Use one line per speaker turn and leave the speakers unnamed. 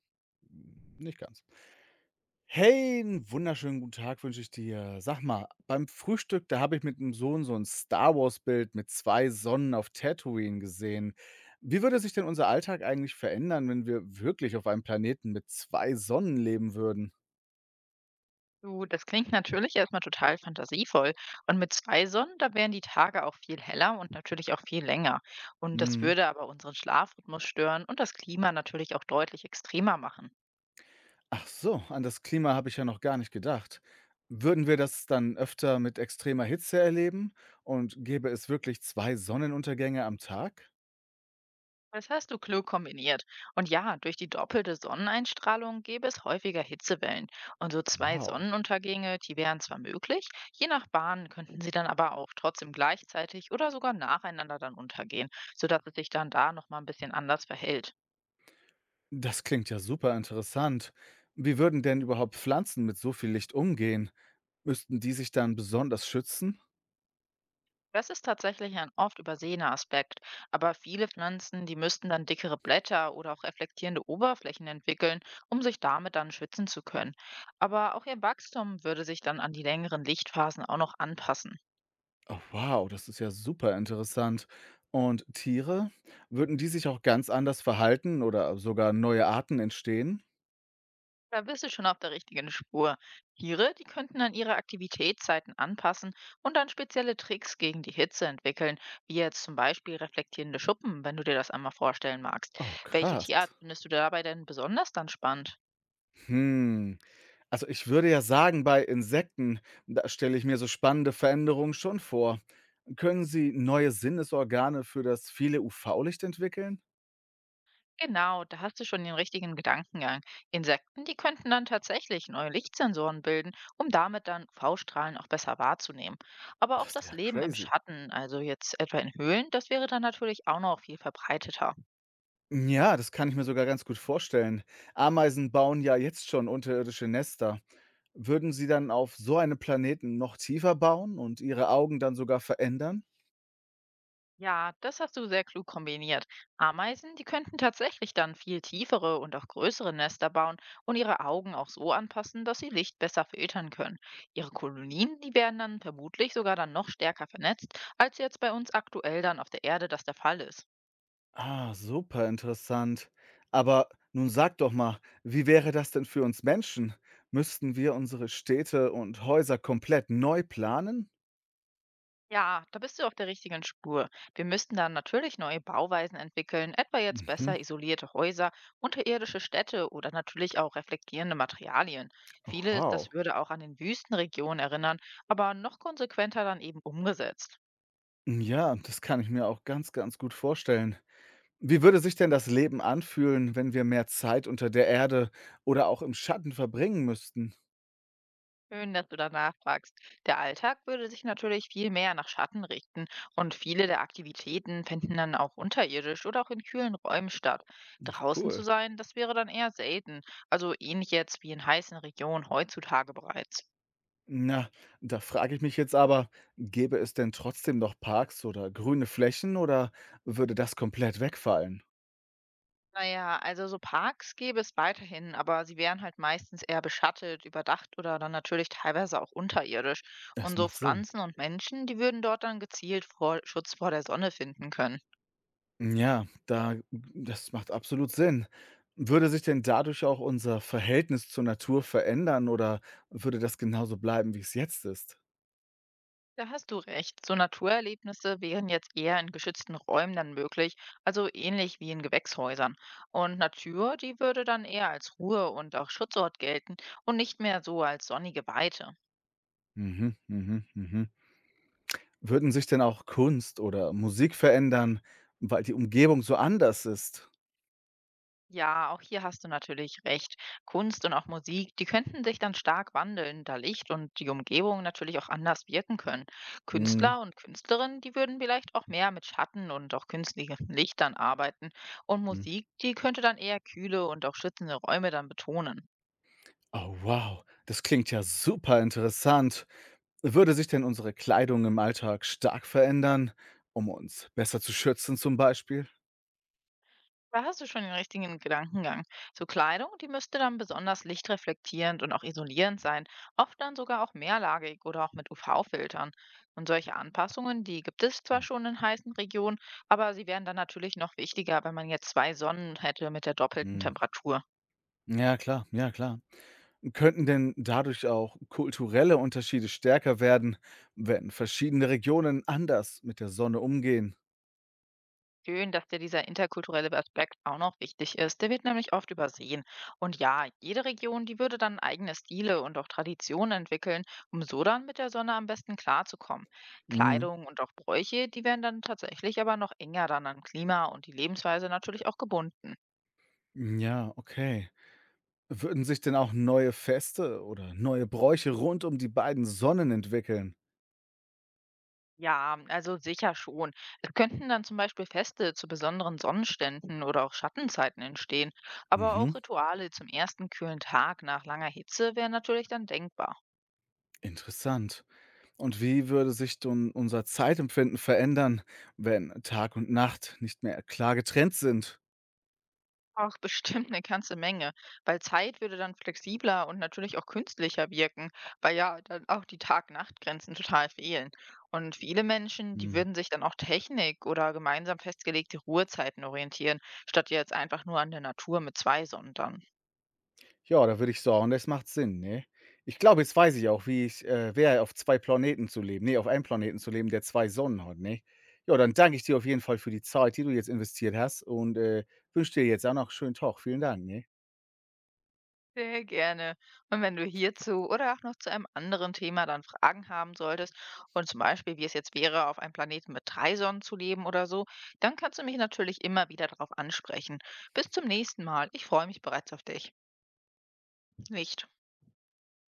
Nicht ganz. Hey, 'n wunderschönen guten Tag wünsche ich dir. Sag mal, beim Frühstück, da habe ich mit dem Sohn so ein Star-Wars-Bild mit 2 Sonnen auf Tatooine gesehen. Wie würde sich denn unser Alltag eigentlich verändern, wenn wir wirklich auf einem Planeten mit 2 Sonnen leben würden?
Du, das klingt natürlich erstmal total fantasievoll. Und mit zwei Sonnen, da wären die Tage auch viel heller und natürlich auch viel länger. Und das
Mhm.
würde aber unseren Schlafrhythmus stören und das Klima natürlich auch deutlich extremer machen.
Ach so, an das Klima habe ich ja noch gar nicht gedacht. Würden wir das dann öfter mit extremer Hitze erleben? Und gäbe es wirklich 2 Sonnenuntergänge am Tag?
Das hast du klug kombiniert. Und ja, durch die doppelte Sonneneinstrahlung gäbe es häufiger Hitzewellen. Und so zwei
Wow.
Sonnenuntergänge, die wären zwar möglich, je nach Bahn könnten sie dann aber auch trotzdem gleichzeitig oder sogar nacheinander dann untergehen, sodass es sich dann da nochmal ein bisschen anders verhält.
Das klingt ja super interessant. Wie würden denn überhaupt Pflanzen mit so viel Licht umgehen? Müssten die sich dann besonders schützen?
Das ist tatsächlich ein oft übersehener Aspekt, aber viele Pflanzen, die müssten dann dickere Blätter oder auch reflektierende Oberflächen entwickeln, um sich damit dann schützen zu können. Aber auch ihr Wachstum würde sich dann an die längeren Lichtphasen auch noch anpassen.
Oh, wow, das ist ja super interessant. Und Tiere? Würden die sich auch ganz anders verhalten oder sogar neue Arten entstehen?
Da bist du schon auf der richtigen Spur. Tiere, die könnten dann ihre Aktivitätszeiten anpassen und dann spezielle Tricks gegen die Hitze entwickeln, wie jetzt zum Beispiel reflektierende Schuppen, wenn du dir das einmal vorstellen magst.
Oh,
Welche
krass.
Tierart findest du dabei denn besonders dann spannend?
Hm. Also ich würde ja sagen, bei Insekten, da stelle ich mir so spannende Veränderungen schon vor. Können sie neue Sinnesorgane für das viele UV-Licht entwickeln?
Genau, da hast du schon den richtigen Gedankengang. Insekten, die könnten dann tatsächlich neue Lichtsensoren bilden, um damit dann v strahlen auch besser wahrzunehmen. Aber
Das
auch
ist
das
ja
Leben im
crazy.
Schatten, also jetzt etwa in Höhlen, das wäre dann natürlich auch noch viel verbreiteter.
Ja, das kann ich mir sogar ganz gut vorstellen. Ameisen bauen ja jetzt schon unterirdische Nester. Würden sie dann auf so einem Planeten noch tiefer bauen und ihre Augen dann sogar verändern?
Ja, das hast du sehr klug kombiniert. Ameisen, die könnten tatsächlich dann viel tiefere und auch größere Nester bauen und ihre Augen auch so anpassen, dass sie Licht besser filtern können. Ihre Kolonien, die werden dann vermutlich sogar dann noch stärker vernetzt, als jetzt bei uns aktuell dann auf der Erde das der Fall ist.
Ah, super interessant. Aber nun sag doch mal, wie wäre das denn für uns Menschen? Müssten wir unsere Städte und Häuser komplett neu planen?
Ja, da bist du auf der richtigen Spur. Wir müssten dann natürlich neue Bauweisen entwickeln, etwa jetzt
Mhm.
besser isolierte Häuser, unterirdische Städte oder natürlich auch reflektierende Materialien.
Oh,
Vieles, das
wow.
würde auch an den Wüstenregionen erinnern, aber noch konsequenter dann eben umgesetzt.
Ja, das kann ich mir auch ganz, ganz gut vorstellen. Wie würde sich denn das Leben anfühlen, wenn wir mehr Zeit unter der Erde oder auch im Schatten verbringen müssten?
Schön, dass du danach fragst. Der Alltag würde sich natürlich viel mehr nach Schatten richten und viele der Aktivitäten fänden dann auch unterirdisch oder auch in kühlen Räumen statt. Draußen
Cool.
zu sein, das wäre dann eher selten, also ähnlich jetzt wie in heißen Regionen heutzutage bereits.
Na, da frage ich mich jetzt aber, gäbe es denn trotzdem noch Parks oder grüne Flächen oder würde das komplett wegfallen?
Naja, also so Parks gäbe es weiterhin, aber sie wären halt meistens eher beschattet, überdacht oder dann natürlich teilweise auch unterirdisch. Und
Das
so
macht Sinn.
Pflanzen und Menschen, die würden dort dann gezielt vor, Schutz vor der Sonne finden können.
Ja, da, das macht absolut Sinn. Würde sich denn dadurch auch unser Verhältnis zur Natur verändern oder würde das genauso bleiben, wie es jetzt ist?
Da hast du recht. So Naturerlebnisse wären jetzt eher in geschützten Räumen dann möglich, also ähnlich wie in Gewächshäusern. Und Natur, die würde dann eher als Ruhe- und auch Schutzort gelten und nicht mehr so als sonnige Weite.
Mhm, mhm, mhm. Würden sich denn auch Kunst oder Musik verändern, weil die Umgebung so anders ist?
Ja, auch hier hast du natürlich recht. Kunst und auch Musik, die könnten sich dann stark wandeln, da Licht und die Umgebung natürlich auch anders wirken können.
Mhm.
Künstler und Künstlerinnen, die würden vielleicht auch mehr mit Schatten und auch künstlichen Lichtern arbeiten. Und
Hm.
Musik, die könnte dann eher kühle und auch schützende Räume dann betonen.
Oh wow, das klingt ja super interessant. Würde sich denn unsere Kleidung im Alltag stark verändern, um uns besser zu schützen zum Beispiel?
Da hast du schon den richtigen Gedankengang. So Kleidung, die müsste dann besonders lichtreflektierend und auch isolierend sein, oft dann sogar auch mehrlagig oder auch mit UV-Filtern. Und solche Anpassungen, die gibt es zwar schon in heißen Regionen, aber sie wären dann natürlich noch wichtiger, wenn man jetzt zwei Sonnen hätte mit der doppelten
Mhm.
Temperatur.
Ja klar, ja klar. Könnten denn dadurch auch kulturelle Unterschiede stärker werden, wenn verschiedene Regionen anders mit der Sonne umgehen?
Schön, dass dir dieser interkulturelle Aspekt auch noch wichtig ist. Der wird nämlich oft übersehen. Und ja, jede Region, die würde dann eigene Stile und auch Traditionen entwickeln, um so dann mit der Sonne am besten klarzukommen.
Mhm.
Kleidung und auch Bräuche, die werden dann tatsächlich aber noch enger dann an Klima und die Lebensweise natürlich auch gebunden.
Ja, okay. Würden sich denn auch neue Feste oder neue Bräuche rund um die beiden Sonnen entwickeln?
Ja, also sicher schon. Es könnten dann zum Beispiel Feste zu besonderen Sonnenständen oder auch Schattenzeiten entstehen, aber
Mhm,
auch Rituale zum ersten kühlen Tag nach langer Hitze wären natürlich dann denkbar.
interessant. Und wie würde sich denn unser Zeitempfinden verändern, wenn Tag und Nacht nicht mehr klar getrennt sind?
Ach, bestimmt eine ganze Menge, weil Zeit würde dann flexibler und natürlich auch künstlicher wirken, weil ja dann auch die Tag-Nacht-Grenzen total fehlen. Und viele Menschen, die
Hm.
würden sich dann auch Technik oder gemeinsam festgelegte Ruhezeiten orientieren, statt jetzt einfach nur an der Natur mit 2 Sonntagen.
Ja, da würde ich sagen, das macht Sinn, ne? Ich glaube, jetzt weiß ich auch, wie ich wäre, auf zwei Planeten zu leben. Ne, auf einem Planeten zu leben, der zwei Sonnen hat, ne? Ja, dann danke ich dir auf jeden Fall für die Zeit, die du jetzt investiert hast und wünsche dir jetzt auch noch einen schönen Tag. Vielen Dank, ne?
Sehr gerne. Und wenn du hierzu oder auch noch zu einem anderen Thema dann Fragen haben solltest und zum Beispiel, wie es jetzt wäre, auf einem Planeten mit drei Sonnen zu leben oder so, dann kannst du mich natürlich immer wieder darauf ansprechen. Bis zum nächsten Mal. Ich freue mich bereits auf dich. Nicht.